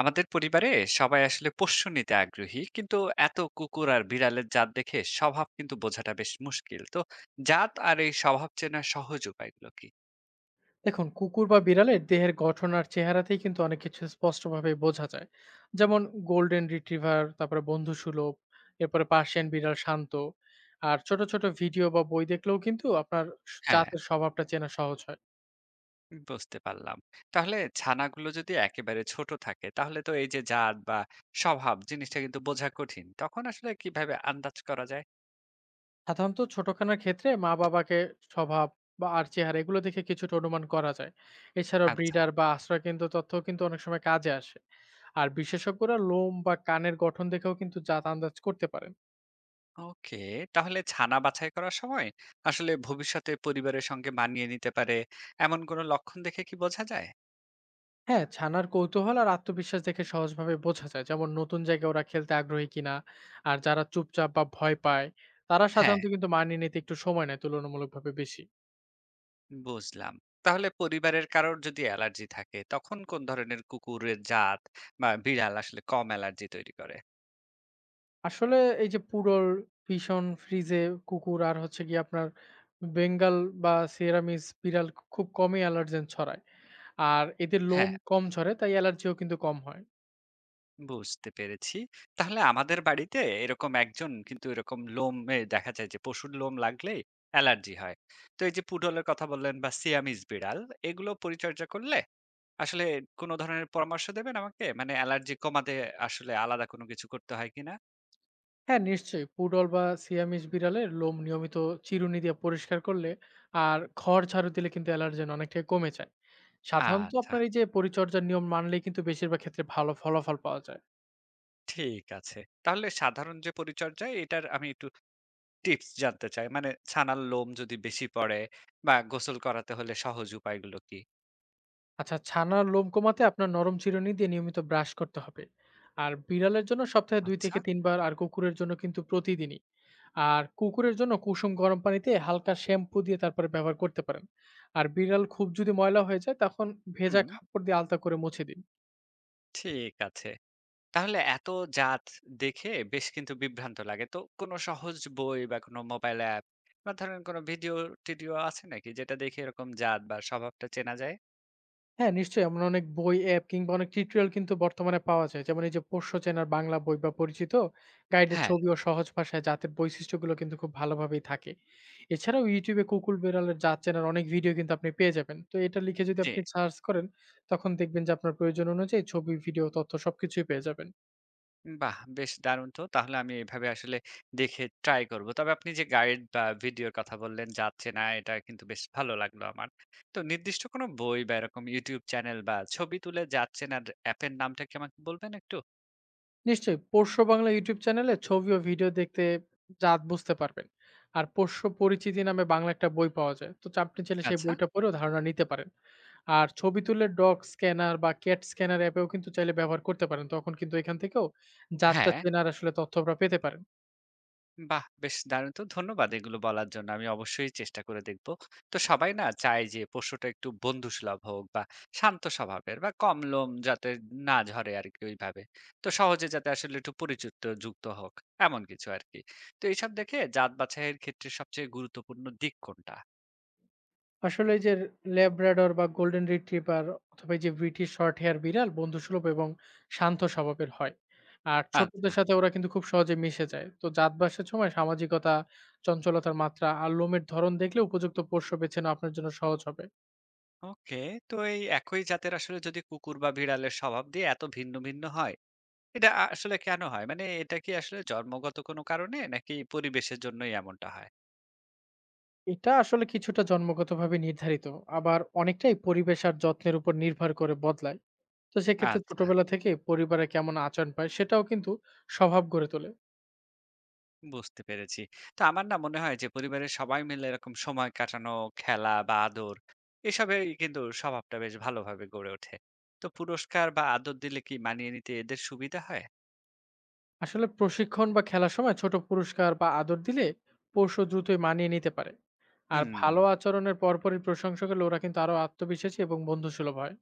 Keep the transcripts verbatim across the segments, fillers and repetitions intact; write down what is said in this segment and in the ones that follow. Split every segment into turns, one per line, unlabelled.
আমাদের পরিবারে সবাই আসলে পোষ্য নিতে আগ্রহী কিন্তু এত কুকুর আর বিড়ালের জাত দেখে স্বভাব কিন্তু বোঝাটা বেশ মুশকিল। তো জাত আর এই স্বভাব চেনার সহজ উপায়গুলো কি?
দেখুন, কুকুর বা বিড়ালের দেহের গঠন আর চেহারাতেই কিন্তু অনেক কিছু স্পষ্টভাবে বোঝা যায়। যেমন গোল্ডেন রিট্রিভার তারপরে বন্ধুসুলভ, এরপরে পার্সিয়ান বিড়াল শান্ত। আর ছোট ছোট ভিডিও বা বই দেখলেও কিন্তু আপনার স-
হ্যাঁ,
জাতের স্বভাবটা চেনা সহজ হয়।
বুঝতে পারলাম। তাহলে ছানাগুলো যদি একেবারে ছোট থাকে তাহলে তো এই যে জাত বা স্বভাব জিনিসটা কিন্তু বোঝা কঠিন, তখন আসলে কিভাবে আন্দাজ করা যায়?
সাধারণত ছোটখানার ক্ষেত্রে মা বাবাকে স্বভাব বা আর চেহারা এগুলো দেখে কিছুটা অনুমান করা যায়। এছাড়াও
আচ্ছা।
ব্রিডার বা আশ্রয়কেন্দ্র তথ্য কিন্তু অনেক সময় কাজে আসে। আর বিশেষজ্ঞরা লোম বা কানের গঠন দেখেও কিন্তু জাত আন্দাজ করতে পারেন।
ওকে। তাহলে ছানা বাছাই করার সময় আসলে ভবিষ্যতে পরিবারের সঙ্গে মানিয়ে নিতে পারে এমন কোনো লক্ষণ দেখে কি বোঝা যায়?
হ্যাঁ, ছানার কৌতূহল আর আত্মবিশ্বাস দেখে সহজভাবে বোঝা যায়। যেমন নতুন জায়গায় ওরা খেলতে আগ্রহী কিনা। আর যারা চুপচাপ বা ভয় পায়, তারা
হ্যাঁ,
সাধারণত কিন্তু মানিয়ে নিতে একটু সময় নেয় তুলনামূলকভাবে বেশি।
বুঝলাম। তাহলে পরিবারের কারোর যদি অ্যালার্জি থাকে তখন কোন ধরনের কুকুরের জাত বা বিড়াল আসলে কম অ্যালার্জি তৈরি করে?
আসলে এই যে পুডল, পিসন, ফ্রিজে কুকুর আর হচ্ছে গিয়ে আপনার বেঙ্গল বা সিরামিস বিড়াল খুব কমই অ্যালার্জেন ছড়ায়। আর এদের লোম
হ্যাঁ,
কম ঝরে তাই অ্যালার্জিও কিন্তু কম হয়।
বুঝতে পেরেছি। তাহলে আমাদের বাড়িতে এরকম একজন কিন্তু এরকম লোমে দেখা যায় যে পশুর লোম লাগলেই অ্যালার্জি হয়। তো এই যে পুডলের কথা বললেন বা সিয়ামিজ বিড়াল, এগুলো পরিচর্যা করলে আসলে কোন ধরনের পরামর্শ দেবেন আমাকে? মানে অ্যালার্জি কমাতে আসলে আলাদা কোনো কিছু করতে হয় কিনা?
হ্যাঁ, নিশ্চয়ই। পুডল বা সিয়ামিজ বিড়ালের লোম নিয়মিত চিরুনি দিয়ে পরিষ্কার করলে আর খড় ঝাড়ু দিলে কিন্তু অ্যালার্জেন অনেকটাই কমে যায়। সাধারণত
আচ্ছা,
আপনার এই যে পরিচর্যার নিয়ম মানলেই কিন্তু বেশিরভাগ ক্ষেত্রে ভালো ফলাফল পাওয়া যায়।
ঠিক আছে। তাহলে সাধারণ যে পরিচর্যা এটার আমি একটু টিপস জানতে চাই। মানে ছানার লোম যদি বেশি পড়ে বা গোসল করাতে হলে সহজ উপায়গুলো কি?
আচ্ছা, ছানার লোম কমাতে আপনার নরম চিরুনি দিয়ে নিয়মিত ব্রাশ করতে হবে। আর বিড়ালের জন্য সপ্তাহে দুই
আচ্ছা।
থেকে তিন বার, আর কুকুরের জন্য কিন্তু প্রতিদিনই। আর কুকুরের জন্য কুসুম গরম পানিতে হালকা শ্যাম্পু দিয়ে তারপরে ব্যবহার করতে পারেন। আর বিড়াল খুব যদি ময়লা হয়ে যায় তখন
হুম,
ভেজা কাপড় দিয়ে আলতা করে মুছে দিন।
ঠিক আছে। তাহলে এত জাত দেখে বেশ কিন্তু বিভ্রান্ত লাগে। তো কোনো সহজ বই বা কোনো মোবাইল অ্যাপ বা ধরেন কোনো ভিডিও-টিডিও আছে নাকি যেটা দেখে এরকম জাত বা স্বভাবটা চেনা যায়?
হ্যাঁ, নিশ্চয়ই এমন অনেক বই, অ্যাপ কিংবা অনেক টিউটোরিয়াল কিন্তু বর্তমানে পাওয়া যায়। যেমন এই যে পোষ্য চেনার বাংলা বই বা পরিচিত গাইডের
হ্যাঁ।
ছবি ও সহজ ভাষায় জাতের বৈশিষ্ট্যগুলো কিন্তু খুব ভালোভাবেই থাকে। এছাড়াও YouTube এ কুকুর বেড়ালের জাত চেনার অনেক ভিডিও কিন্তু আপনি পেয়ে যাবেন। তো এটা লিখে যদি
জি।
আপনি সার্চ করেন, তখন দেখবেন যে আপনার প্রয়োজন অনুযায়ী ছবি, ভিডিও, তথ্য সবকিছুই পেয়ে যাবেন।
বাহ! বেশ দারুণ তো। তাহলে আমি এভাবে আসলে দেখে ট্রাই করব। তবে আপনি যে গাইড বা ভিডিওর কথা বললেন, যাচ্ছে না, এটা কিন্তু বেশ ভালো লাগলো আমার। তো নির্দিষ্ট কোনো বই বা এরকম YouTube চ্যানেল বা ছবি তুলে যাচ্ছে না র অ্যাপের নামটা কি আমাকে বলবেন একটু?
নিশ্চয়ই পোষ্য বাংলা YouTube চ্যানেলে ছবি ও ভিডিও দেখতে জাত বুঝতে পারবেন। আর পোষ্য পরিচিতি নামে বাংলা একটা বই পাওয়া যায়। তো আপনি চাইলে সেই
আচ্ছা।
বইটা পড়েও ধারণা নিতে পারেন। আর ছবি তুলে ডগ স্ক্যানার বা ক্যাট স্ক্যানার অ্যাপেও কিন্তু চাইলে ব্যবহার করতে পারেন। তখন কিন্তু এখান থেকেও জাতটা
হ্যাঁ।
চেনার আসলে তথ্য আপনারা পেতে পারেন।
বাহ! বেশ দারুণ তো। ধন্যবাদ এগুলো বলার জন্য। আমি অবশ্যই চেষ্টা করে দেখব। তো সবাই না চায় যে পোষ্যটা একটু বন্ধুসুলভ হোক বা শান্ত স্বভাবের বা কম লোম যাতে না ঝরে আরকি ওইভাবে। তো সহজে যাতে আসলে একটু পরিচিত যুক্ত হোক, এমন কিছু আরকি। তো এইসব দেখে জাত বাছাইয়ের ক্ষেত্রে সবচেয়ে গুরুত্বপূর্ণ দিক কোনটা?
আসলে এই যে ল্যাব্রাডর বা গোল্ডেন রিট্রিভার অথবা এই যে ব্রিটিশ শর্ট হেয়ার বিড়াল বন্ধুসুলভ এবং শান্ত স্বভাবের হয়। আর
আচ্ছা,
ছোটদের সাথে ওরা কিন্তু খুব সহজে মিশে যায়। তো জাত বাসার সময় সামাজিকতা, চঞ্চলতার মাত্রা আর লোমের ধরন দেখলে উপযুক্ত পোষ্য বেছে নেওয়া আপনার জন্য সহজ হবে।
ওকে। তো এই একই জাতের আসলে যদি কুকুর বা বিড়ালের স্বভাব দিয়ে এত ভিন্ন, ভিন্ন হয়, এটা আ আসলে কেন হয়? মানে এটা কি আসলে জন্মগত কোনো কারণে নাকি পরিবেশের জন্যই এমনটা হয়?
এটা আসলে কিছুটা জন্মগতভাবে নির্ধারিত। আবার অনেকটাই পরিবেশ আর যত্নের উপর নির্ভর করে বদলায়। তো সেক্ষেত্রে
আচ্ছা,
ছোটবেলা থেকে পরিবারে কেমন আচরণ পায় সেটাও কিন্তু স্বভাব গড়ে তোলে।
বুঝতে পেরেছি। তো আমার না মনে হয় যে পরিবারের সবাই মিলে এরকম সময় কাটানো, খেলা বা আদর, এসবেই কিন্তু স্বভাবটা বেশ ভালোভাবে গড়ে ওঠে। তো পুরস্কার বা আদর দিলে কি মানিয়ে নিতে এদের সুবিধা হয়?
আসলে প্রশিক্ষণ বা খেলার সময় ছোট পুরস্কার বা আদর দিলে পোষ্য দ্রুতই মানিয়ে নিতে পারে। আর
হুম।
ভালো আচরণের পরপরই প্রশংসা করলে ওরা কিন্তু আরো আত্মবিশ্বাসী এবং বন্ধুসুলভ হয়।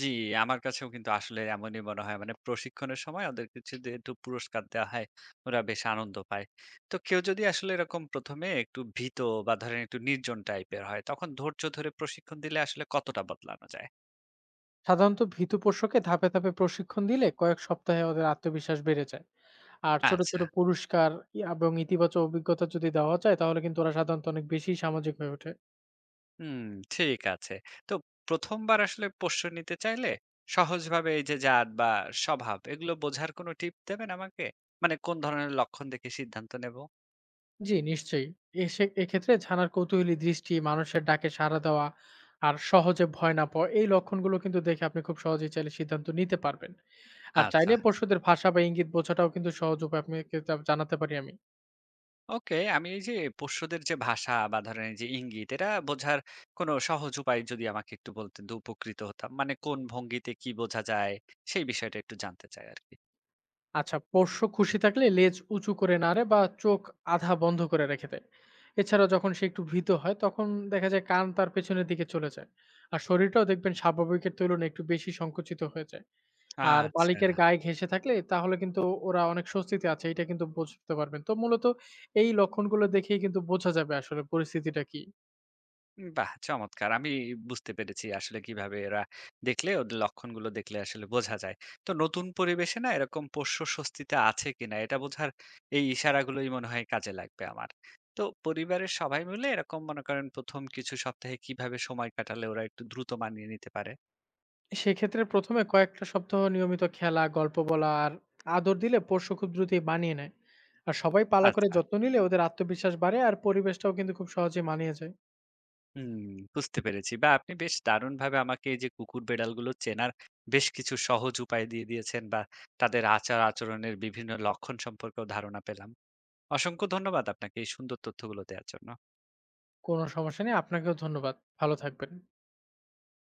জি, আমার কাছেও কিন্তু আসলে এমনই মনে হয়। মানে প্রশিক্ষণের সময় ওদেরকে যদি একটু পুরস্কার দেওয়া হয়, ওরা বেশ আনন্দ পায়। তো কেউ যদি আসলে এরকম প্রথম এ একটু ভীত বা ধরেন একটু নির্জন টাইপের হয়, তখন ধৈর্য ধরে প্রশিক্ষণ দিলে আসলে কতটা বদলানো যায়?
সাধারণত ভীতু পোষ্যকে ধাপে ধাপে প্রশিক্ষণ দিলে কয়েক সপ্তাহে ওদের আত্মবিশ্বাস বেড়ে যায়। আর ছোট, ছোট
আচ্ছা।
পুরস্কার ই এবং ইতিবাচক অভিজ্ঞতা যদি দেওয়া যায় তাহলে কিন্তু ওরা সাধারণত অনেক বেশি সামাজিক হয়ে ওঠে।
হুম, ঠিক আছে। তো প্রথম বার আসলে পোষ্য নিতে চাইলে সহজভাবে এই যে জাত বা স্বভাব এগুলো বোঝার কোনো টিপ দেবেন আমাকে? মানে কোন ধরনের লক্ষণ দেখে সিদ্ধান্ত নেব?
জি, নিশ্চয়ই। এ সে এক্ষেত্রে ছানার কৌতূহলী দৃষ্টি, মানুষের ডাকে সাড়া দেওয়া, আর সহজে ভয় না পাওয়া এই লক্ষণগুলো কিন্তু দেখে আপনি খুব সহজেই চাইলে সিদ্ধান্ত নিতে পারবেন। আর
আচ্ছা।
চাইলে পশুদের ভাষা বা ইঙ্গিত বোঝাটাও কিন্তু সহজ উপায় আপনাকে জা জানাতে পারি আমি।
ওকে, আমি এই যে পোষ্যদের যে ভাষা বা ধরেন এই যে ইঙ্গিত এটা বোঝার কোনো সহজ উপায় যদি আমাকে একটু বলতেন তো উপকৃত হতাম। মানে কোন ভঙ্গিতে কি বোঝা যায় সেই বিষয়টা একটু জানতে চাই আরকি।
আচ্ছা, পোষ্য খুশি থাকলে লেজ উঁচু করে নাড়ে বা চোখ আধা বন্ধ করে রেখে দেয়। এছাড়াও যখন সে একটু ভীত হয় তখন দেখা যায় কান তার পেছনের দিকে চলে যায়। আর শরীরটাও দেখবেন স্বাভাবিকের তুলনায় একটু বেশি সংকুচিত হয়ে যায়। আর
আচ্ছা।
মালিকের গায়ে ঘেঁষে থাকলে তাহলে কিন্তু ওরা অনেক স্বস্তিতে আছে এটা কিন্তু বুঝতে পারবেন। তো মূলত এই লক্ষণগুলো দেখেই কিন্তু বোঝা যাবে আসলে পরিস্থিতিটা কি।
বাহ! চমৎকার। আমি বুঝতে পেরেছি আসলে কিভাবে এরা দেখলে, ওদের লক্ষণগুলো দেখলে আসলে বোঝা যায়। তো নতুন পরিবেশে না এরকম পোষ্য স্বস্তিতে আছে কিনা এটা বোঝার এই ইশারাগুলোই মনে হয় কাজে লাগবে আমার। তো পরিবারের সবাই মিলে এরকম মনে করেন প্রথম কিছু সপ্তাহে কিভাবে সময় কাটালে ওরা একটু দ্রুত মানিয়ে নিতে পারে?
সেক্ষেত্রে প্রথম এ কয়েকটা সপ্তাহ নিয়মিত খেলা, গল্প বলা আর আদর দিলে পোষ্য খুব দ্রুতই মানিয়ে নেয়। আর সবাই পালা করে
আচ্ছা।
যত্ন নিলে ওদের আত্মবিশ্বাস বাড়ে আর পরিবেশটাও কিন্তু খুব সহজেই মানিয়ে যায়।
হুম, বুঝতে পেরেছি। বা আপনি বেশ দারুণভাবে আমাকে এই যে কুকুর বেড়ালগুলো চেনার বেশ কিছু সহজ উপায় দিয়ে দিয়েছেন বা তাদের আচার-আচরণের বিভিন্ন লক্ষণ সম্পর্কেও ধারণা পেলাম। অসংখ্য ধন্যবাদ আপনাকে এই সুন্দর তথ্যগুলো দেওয়ার জন্য।
কোনো সমস্যা নেই। আপনাকেও ধন্যবাদ। ভালো থাকবেন।